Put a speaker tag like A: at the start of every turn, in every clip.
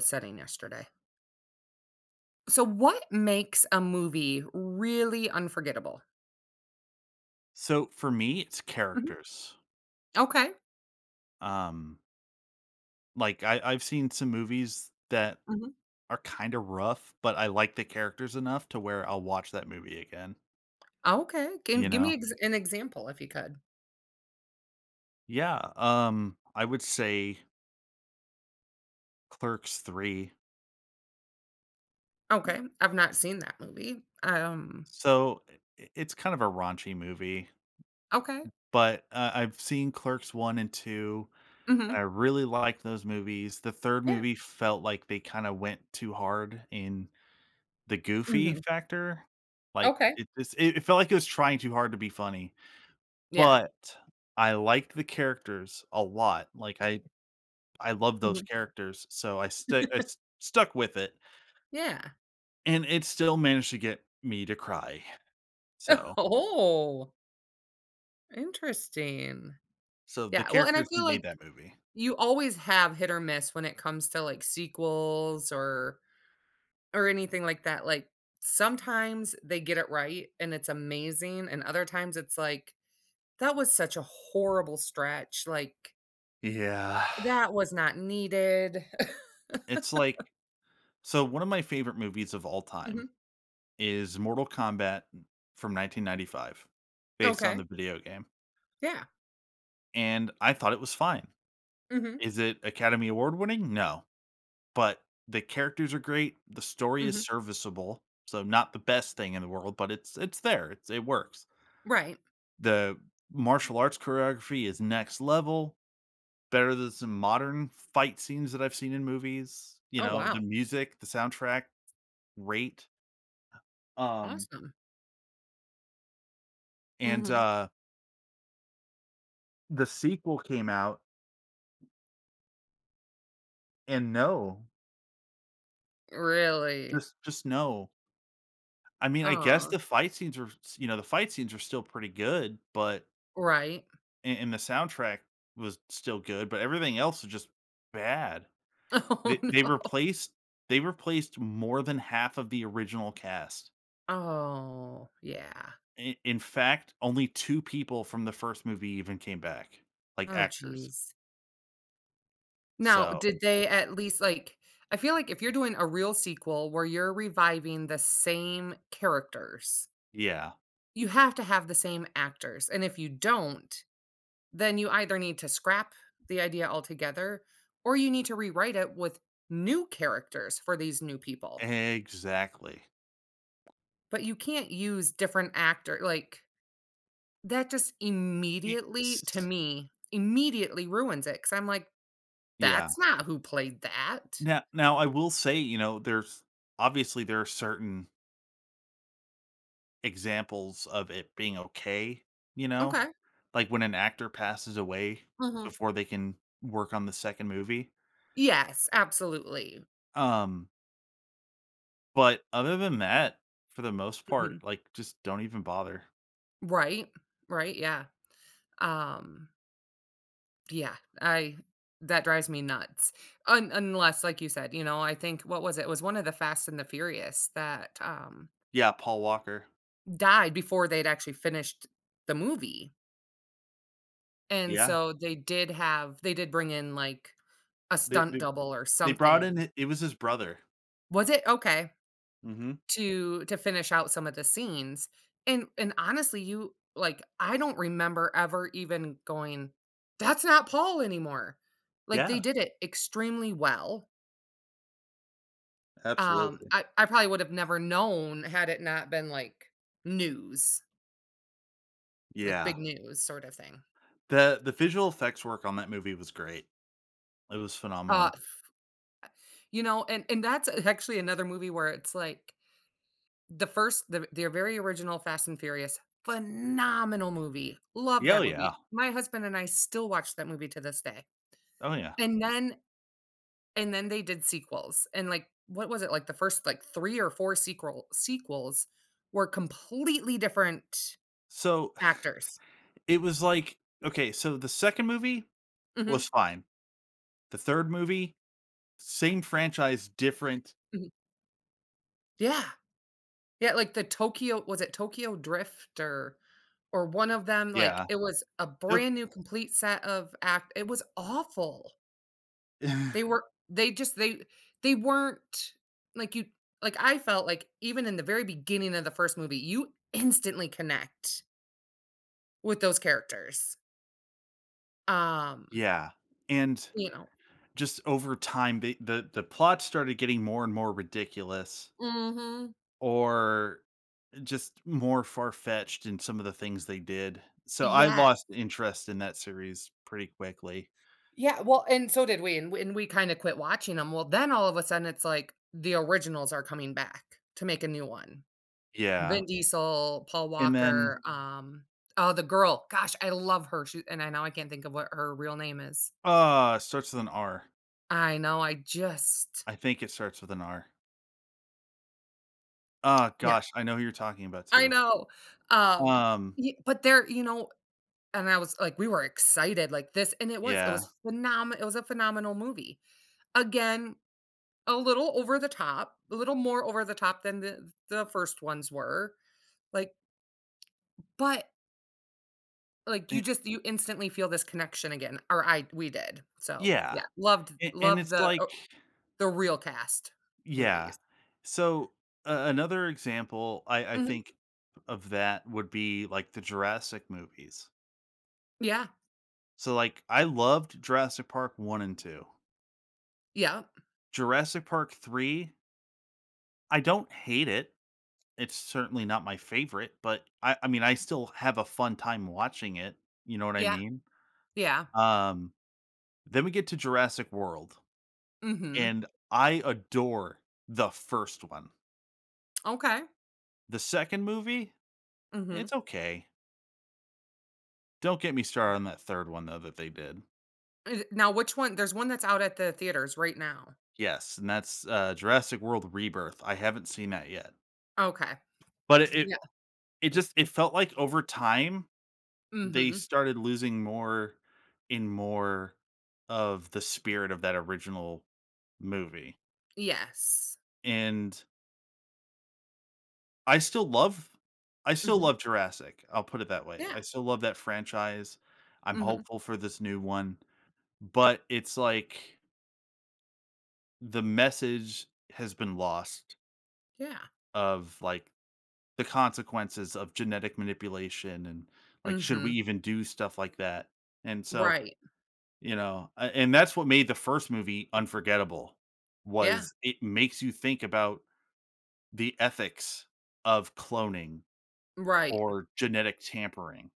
A: Setting yesterday. So, what makes a movie really unforgettable?
B: So for me, it's
A: Mhm.
B: characters.
A: Okay.
B: Um, like I've seen some movies that
A: Mhm.
B: are kind of rough, but I like the characters enough to where I'll watch that movie again.
A: Okay. Can
B: You
A: give me
B: know?
A: an example if you could.
B: Yeah. I would say Clerks Three.
A: Okay. I've not seen that movie.
B: So i- it's kind of a raunchy movie,
A: Okay.
B: but I've seen Clerks One and Two, and
A: Hmm.
B: I really liked those movies. The third
A: Yeah.
B: movie felt like they kind of went too hard in the goofy
A: Hmm.
B: factor, like,
A: Okay.
B: it just it felt like it was trying too hard to be funny,
A: Yeah.
B: but I liked the characters a lot, like, I love those
A: Hmm.
B: characters, so I stu I s stuck with it,
A: Yeah.
B: and it still managed to get me to cry, so
A: Oh, interesting.
B: so the
A: Yeah. Well, and I
B: characters
A: feel like
B: made that movie.
A: you always have hit or miss when it comes to like sequels or anything like that, like, sometimes they get it right, and it's amazing, and other times it's like, "That was such a horrible stretch," like,
B: Yeah.
A: "That was not needed."
B: It's like so one of my favorite movies of all time
A: Mhm.
B: is Mortal Kombat from 1995 based on
A: Okay.
B: the video game,
A: Yeah.
B: and I thought it was fine.
A: Mhm.
B: Is it Academy Award winning? No, but the characters are great, the story is
A: Mhm.
B: serviceable, so not the best thing in the world, but it's there, it's it works.
A: Right.
B: The martial arts choreography is next level, better than some modern fight scenes that I've seen in movies, you
A: Oh,
B: know,
A: wow.
B: the music, the soundtrack, great. Um,
A: Awesome.
B: and,
A: Mhm.
B: the sequel came out, and no,
A: Really?
B: just no. I mean, I guess
A: Oh.
B: the fight scenes were you know, the fight scenes are still pretty good, but
A: Right.
B: and the soundtrack was still good, but everything else was just bad.
A: Oh,
B: They
A: no.
B: replaced they replaced more than half of the original cast.
A: Oh, yeah.
B: I in fact, only 2 people from the first movie even came back, like
A: Oh,
B: actors.
A: geez. Now,
B: So,
A: did they at least, like I feel like if you're doing a real sequel where you're reviving the same characters,
B: yeah,
A: you have to have the same actors, and if you don't, then you either need to scrap the idea altogether, or you need to rewrite it with new characters for these new people.
B: exactly.
A: But you can't use different actor like, that just immediately, to
B: It's
A: me, immediately ruins it because 'cause I'm like,
B: yeah.
A: "That's not who played that."
B: Now I will say, you know, there's obviously there are certain examples of it being okay, you know?
A: Okay.
B: Like, when an actor passes away
A: Mhm.
B: before they can work on the second movie.
A: Yes, absolutely.
B: Um, but other than that, for the most
A: Mhm.
B: part, like, just don't even bother.
A: Right, right, yeah. Um, yeah, I that drives me nuts. Un unless, like you said, you know, I think what was it? It was one of the Fast and the Furious that,
B: Yeah, Paul Walker.
A: died before they'd actually finished the movie, and
B: Yeah.
A: so they did bring in, like, a
B: They
A: stunt
B: they
A: double or
B: they brought in
A: something.
B: it was his brother.
A: Was it? Okay.
B: Mhm.
A: To finish out some of the scenes, and honestly, you like, I don't remember ever even going, "That's not Paul anymore." Like,
B: Yeah,
A: they did it extremely well. Um,
B: absolutely.
A: I I probably would have never known had it not been, like, news, like,
B: Yeah.
A: big news sort of thing.
B: The visual effects work on that movie was great. It was
A: Uh,
B: phenomenal.
A: and that's actually another movie where it's like the first the very original Fast& and Furious, phenomenal movie. Love
B: Yeah, oh,
A: that movie.
B: yeah.
A: My husband and I still watch that movie to this day.
B: Oh, yeah.
A: And then they did sequels, and, like, what was it? Like, the first, like, 3 or 4 sequels were completely different
B: So,
A: actors.
B: it was like okay, so the second movie
A: Mhm,
B: was fine. The third movie, same franchise, different.
A: mhm. Yeah, yeah, like, the Tokyo was it Tokyo Drift or one of them, like,
B: Yeah.
A: it was a
B: Took
A: brand new complete set of act it was awful. They were they just they weren't like you like, I felt like even in the very beginning of the first movie, you instantly connect with those characters. Um,
B: yeah, and
A: you know
B: just over time, the plot started getting more and more ridiculous
A: Mhm.
B: or just more far-fetched in some of the things they did. So, I
A: Yes.
B: lost interest in that series pretty quickly.
A: Yeah, well, and so did we, and we kinda quit watching them. Well, then all of a sudden, it's like the originals are coming back to make a new one.
B: Yeah,
A: Vin Diesel, Paul
B: and then
A: Walker, oh, the girl, gosh, I love her, she and I now I can't think of what her real name is.
B: it starts with an R.
A: I know, I just
B: I think it starts with an R. Oh
A: Yeah,
B: gosh, I know who you're talking about
A: I
B: too.
A: know. Um,
B: Um,
A: y but and I was like, we were excited like this and it was, it
B: yeah,
A: was phenomenal. It was a phenomenal movie. Again, a little over the top, a little more over the top than the first ones were, like, but, like,
B: eh
A: you instantly feel this connection again, or I we did. So,
B: yeah,
A: yeah, loved
B: and
A: loved
B: it's
A: the
B: like
A: o the real cast
B: yeah.
A: movies.
B: So a another example I
A: Mhm.
B: think of that would be like the Jurassic movies.
A: Yeah.
B: So like I loved Jurassic Park 1 and 2.
A: Yep.
B: Jurassic Park 3, I don't hate it. It's certainly not my favorite, but I mean I still have a fun time watching it, you know what I
A: Yeah.
B: mean?
A: Yeah.
B: Um, then we get to Jurassic World
A: Mhm.
B: and I adore the first one.
A: Okay.
B: The second movie,
A: Mhm.
B: it's okay. Don't get me started on that third one though that they did.
A: Yeah. Now, which one there's one that's out at the theaters right now.
B: Yes, and that's, Jurassic World Rebirth. I haven't seen that yet,
A: Okay.
B: but it
A: Yeah.
B: it just it felt like over time they
A: Mhm.
B: started losing more and more of the spirit of that original movie,
A: Yes.
B: and I still love I still
A: Mhm.
B: love Jurassic, I'll put it that way.
A: Yeah.
B: I still love that franchise. I'm
A: Mhm.
B: hopeful for this new one, but it's like the message has been lost
A: Yeah.
B: of, like, the consequences of genetic manipulation and, like, should we
A: Mhm.
B: even do stuff like that? And so,
A: Right.
B: you know, a and that's what made the first movie unforgettable,
A: Yeah.
B: was it makes you think about the ethics of cloning
A: Right.
B: or genetic tampering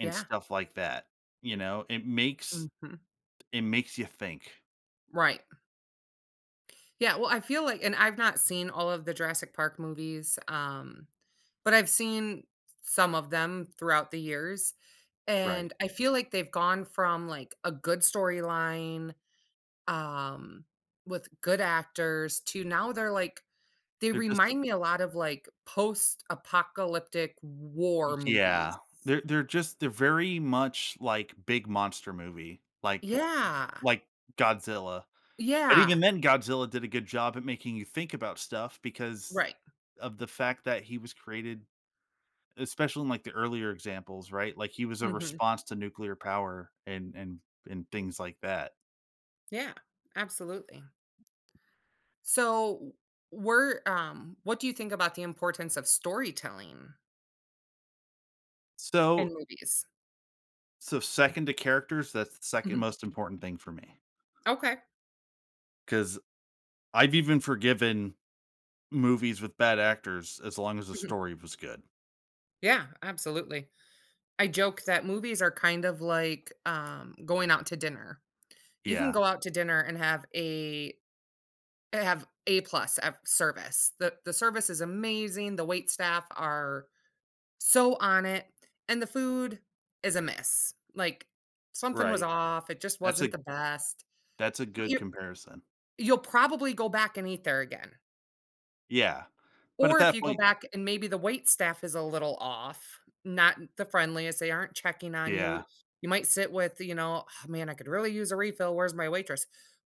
B: and
A: Yeah.
B: stuff like that, you know?
A: Mhm.
B: It makes you think.
A: Right. Yeah, well, I feel like and I've not seen all of the Jurassic Park movies, but I've seen some of them throughout the years,
B: Right.
A: and I feel like they've gone from, like, a good storyline, um, with good actors to now they
B: They're just
A: remind me a lot of, like, post-apocalyptic war
B: yeah.
A: movies.
B: They're just they're very much like big monster movie,
A: Yeah.
B: like Godzilla. But even
A: Yeah.
B: then, Godzilla did a good job at making you think about stuff because
A: Right.
B: of the fact that he was created especially in, like, the earlier examples, right? Like, he was a
A: Mhm.
B: response to nuclear power and and things like that.
A: Yeah. Absolutely. So, we're what do you think about the importance of storytelling in
B: So
A: movies?
B: so second to characters, that's the second
A: Mhm.
B: most important thing for me
A: Okay.
B: because 'cause I've even forgiven movies with bad actors as long as the
A: Mhm.
B: story was good.
A: Yeah, absolutely. I joke that movies are kind of like, going out to dinner. You can
B: Yeah,
A: go out to dinner and have A plus of service. The service is amazing, the waitstaff are so on it, and the food is a miss. Like, something was
B: right.
A: off, it just
B: That's a
A: wasn't the best.
B: that's a good
A: You
B: comparison.
A: you'll probably go back and eat there again.
B: Yeah. But at
A: Or if
B: that
A: you go
B: point
A: back and maybe the wait staff is a little off, not the friendliest, they aren't checking on you.
B: yeah.
A: You might sit with, "Oh, man, I could really use a refill. Where's my waitress?"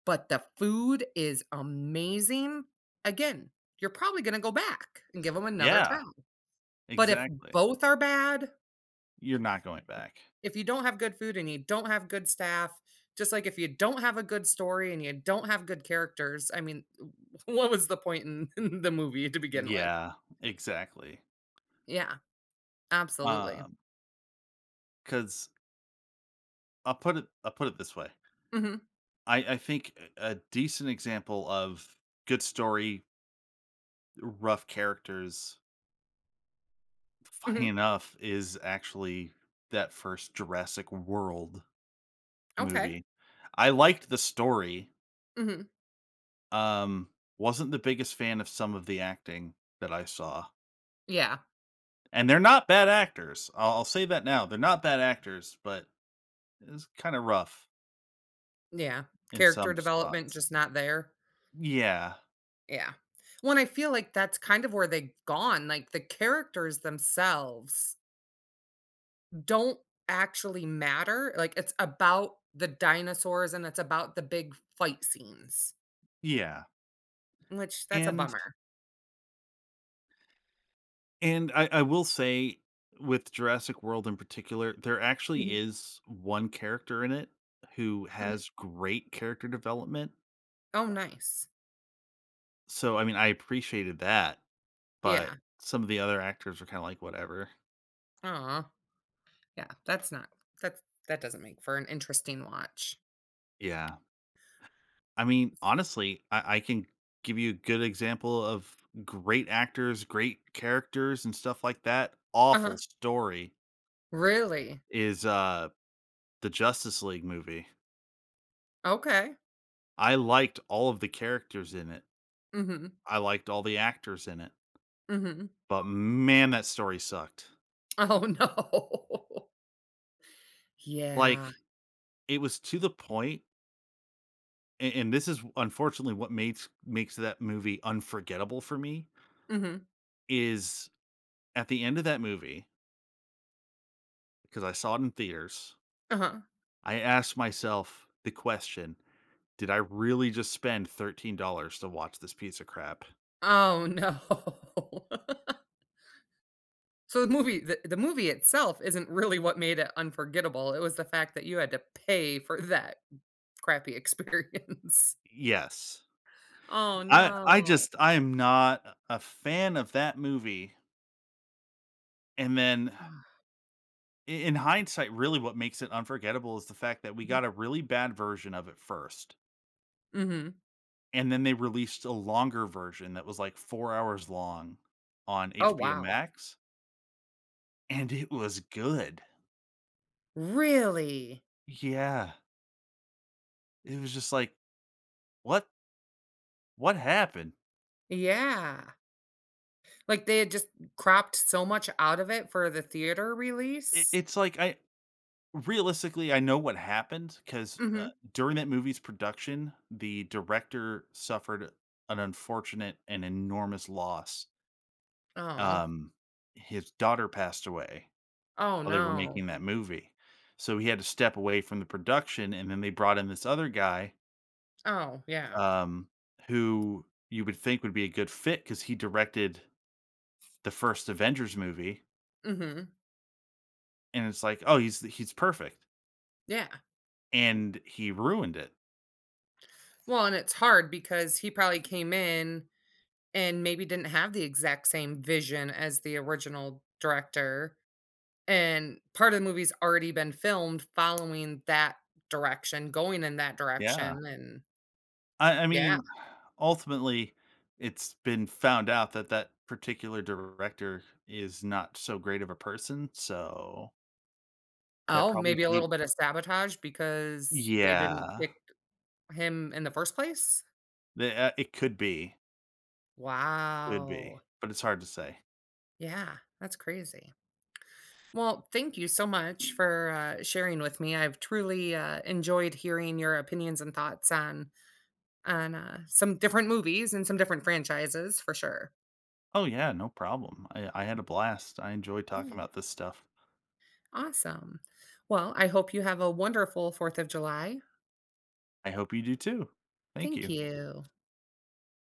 A: But the food is amazing. Again, you're probably gonna go back and give them another
B: Yeah,
A: try. But if
B: exactly.
A: both are bad,
B: You're not going back.
A: if you don't have good food and you don't have good staff, just like if you don't have a good story and you don't have good characters, I mean, what was the point in in the movie to begin with?
B: Yeah, exactly.
A: Yeah, absolutely.
B: Um, because 'cause I'll put it this way.
A: Mhm,
B: I think a decent example of good story, rough characters, funny
A: mhm,
B: enough, is actually that first Jurassic World
A: okay,
B: movie. I liked the story,
A: mhm,
B: um, wasn't the biggest fan of some of the acting that I saw,
A: yeah,
B: and they're not bad actors. I'll say that now. They're not bad actors, but it's kinda rough.
A: yeah,
B: In
A: character
B: some
A: development
B: spots.
A: just not there,
B: Yeah,
A: yeah. Well, I feel like that's kind of where they've gone, like, the characters themselves don't actually matter, like, it's about the dinosaurs and it's about the big fight scenes,
B: yeah,
A: which that's a
B: and
A: bummer.
B: and I will say with Jurassic World in particular, there actually
A: Mhm,
B: is one character in it who
A: mhm.
B: has great character development,
A: Oh, nice.
B: so, I mean, I appreciated that, but
A: Yeah,
B: some of the other actors were kinda like, "Whatever."
A: aw, yeah, that's not that's that doesn't make for an interesting watch.
B: Yeah. I mean, honestly, I can give you a good example of great actors, great characters, and stuff like that. Awful
A: Uh-huh.
B: story
A: Really?
B: is, the Justice League movie.
A: Okay.
B: I liked all of the characters in it.
A: Mhm,
B: I liked all the actors in it,
A: mhm.
B: but man, that story sucked.
A: Oh, no. Yeah.
B: Like, it was to the point and this is unfortunately what makes makes that movie unforgettable for me
A: Mhm.
B: is at the end of that movie, because I saw it in theaters,
A: Uh-huh.
B: I asked myself the question, did I really just spend $13 to watch this piece of crap?
A: Oh, no. So the movie itself isn't really what made it unforgettable, it was the fact that you had to pay for that crappy experience.
B: Yes.
A: Oh,
B: I
A: no.
B: just I am not a fan of that movie. And then
A: Ugh.
B: in hindsight, really what makes it unforgettable is the fact that we
A: Mhm.
B: got a really bad version of it first,
A: Mhm.
B: and then they released a longer version that was like 4 hours long on
A: Oh,
B: HBO
A: wow.
B: Max, and it was good.
A: Really?
B: Yeah, it was just like, what? What happened?
A: Yeah. Like, they had just cropped so much out of it for the theater
B: It,
A: release?
B: it's like I realistically I know what happened because
A: Mhm.
B: during that movie's production, the director suffered an unfortunate and enormous loss.
A: Oh.
B: Um, his daughter passed away
A: Oh,
B: while they were
A: no.
B: making that movie. So he had to step away from the production, and then they brought in this other guy,
A: Oh, yeah.
B: um, who you would think would be a good fit because he directed the first Avengers movie,
A: Mhm.
B: and it's like, "Oh, he's perfect,"
A: Yeah.
B: and he ruined it.
A: Well, and it's hard because he probably came in and maybe didn't have the exact same vision as the original director, and part of the movie's already been filmed following that direction, going in that
B: Yeah.
A: direction, and
B: I
A: yeah.
B: mean, ultimately, it's been found out that that particular director is not so great of a person, so that
A: Oh,
B: probably
A: maybe a
B: paid
A: little bit of sabotage because they didn't
B: yeah.
A: pick him in the first place?
B: The it could be. Could be,
A: Wow.
B: but it's hard to say.
A: Yeah, that's crazy. Well, thank you so much for, sharing with me. I've truly, enjoyed hearing your opinions and thoughts on some different movies and some different franchises for sure.
B: Oh yeah, no problem. I had a blast. I enjoy talking
A: Yeah.
B: about this stuff.
A: Awesome. Well, I hope you have a wonderful 4th of July.
B: I hope you do too. Thank
A: Thank
B: you.
A: you.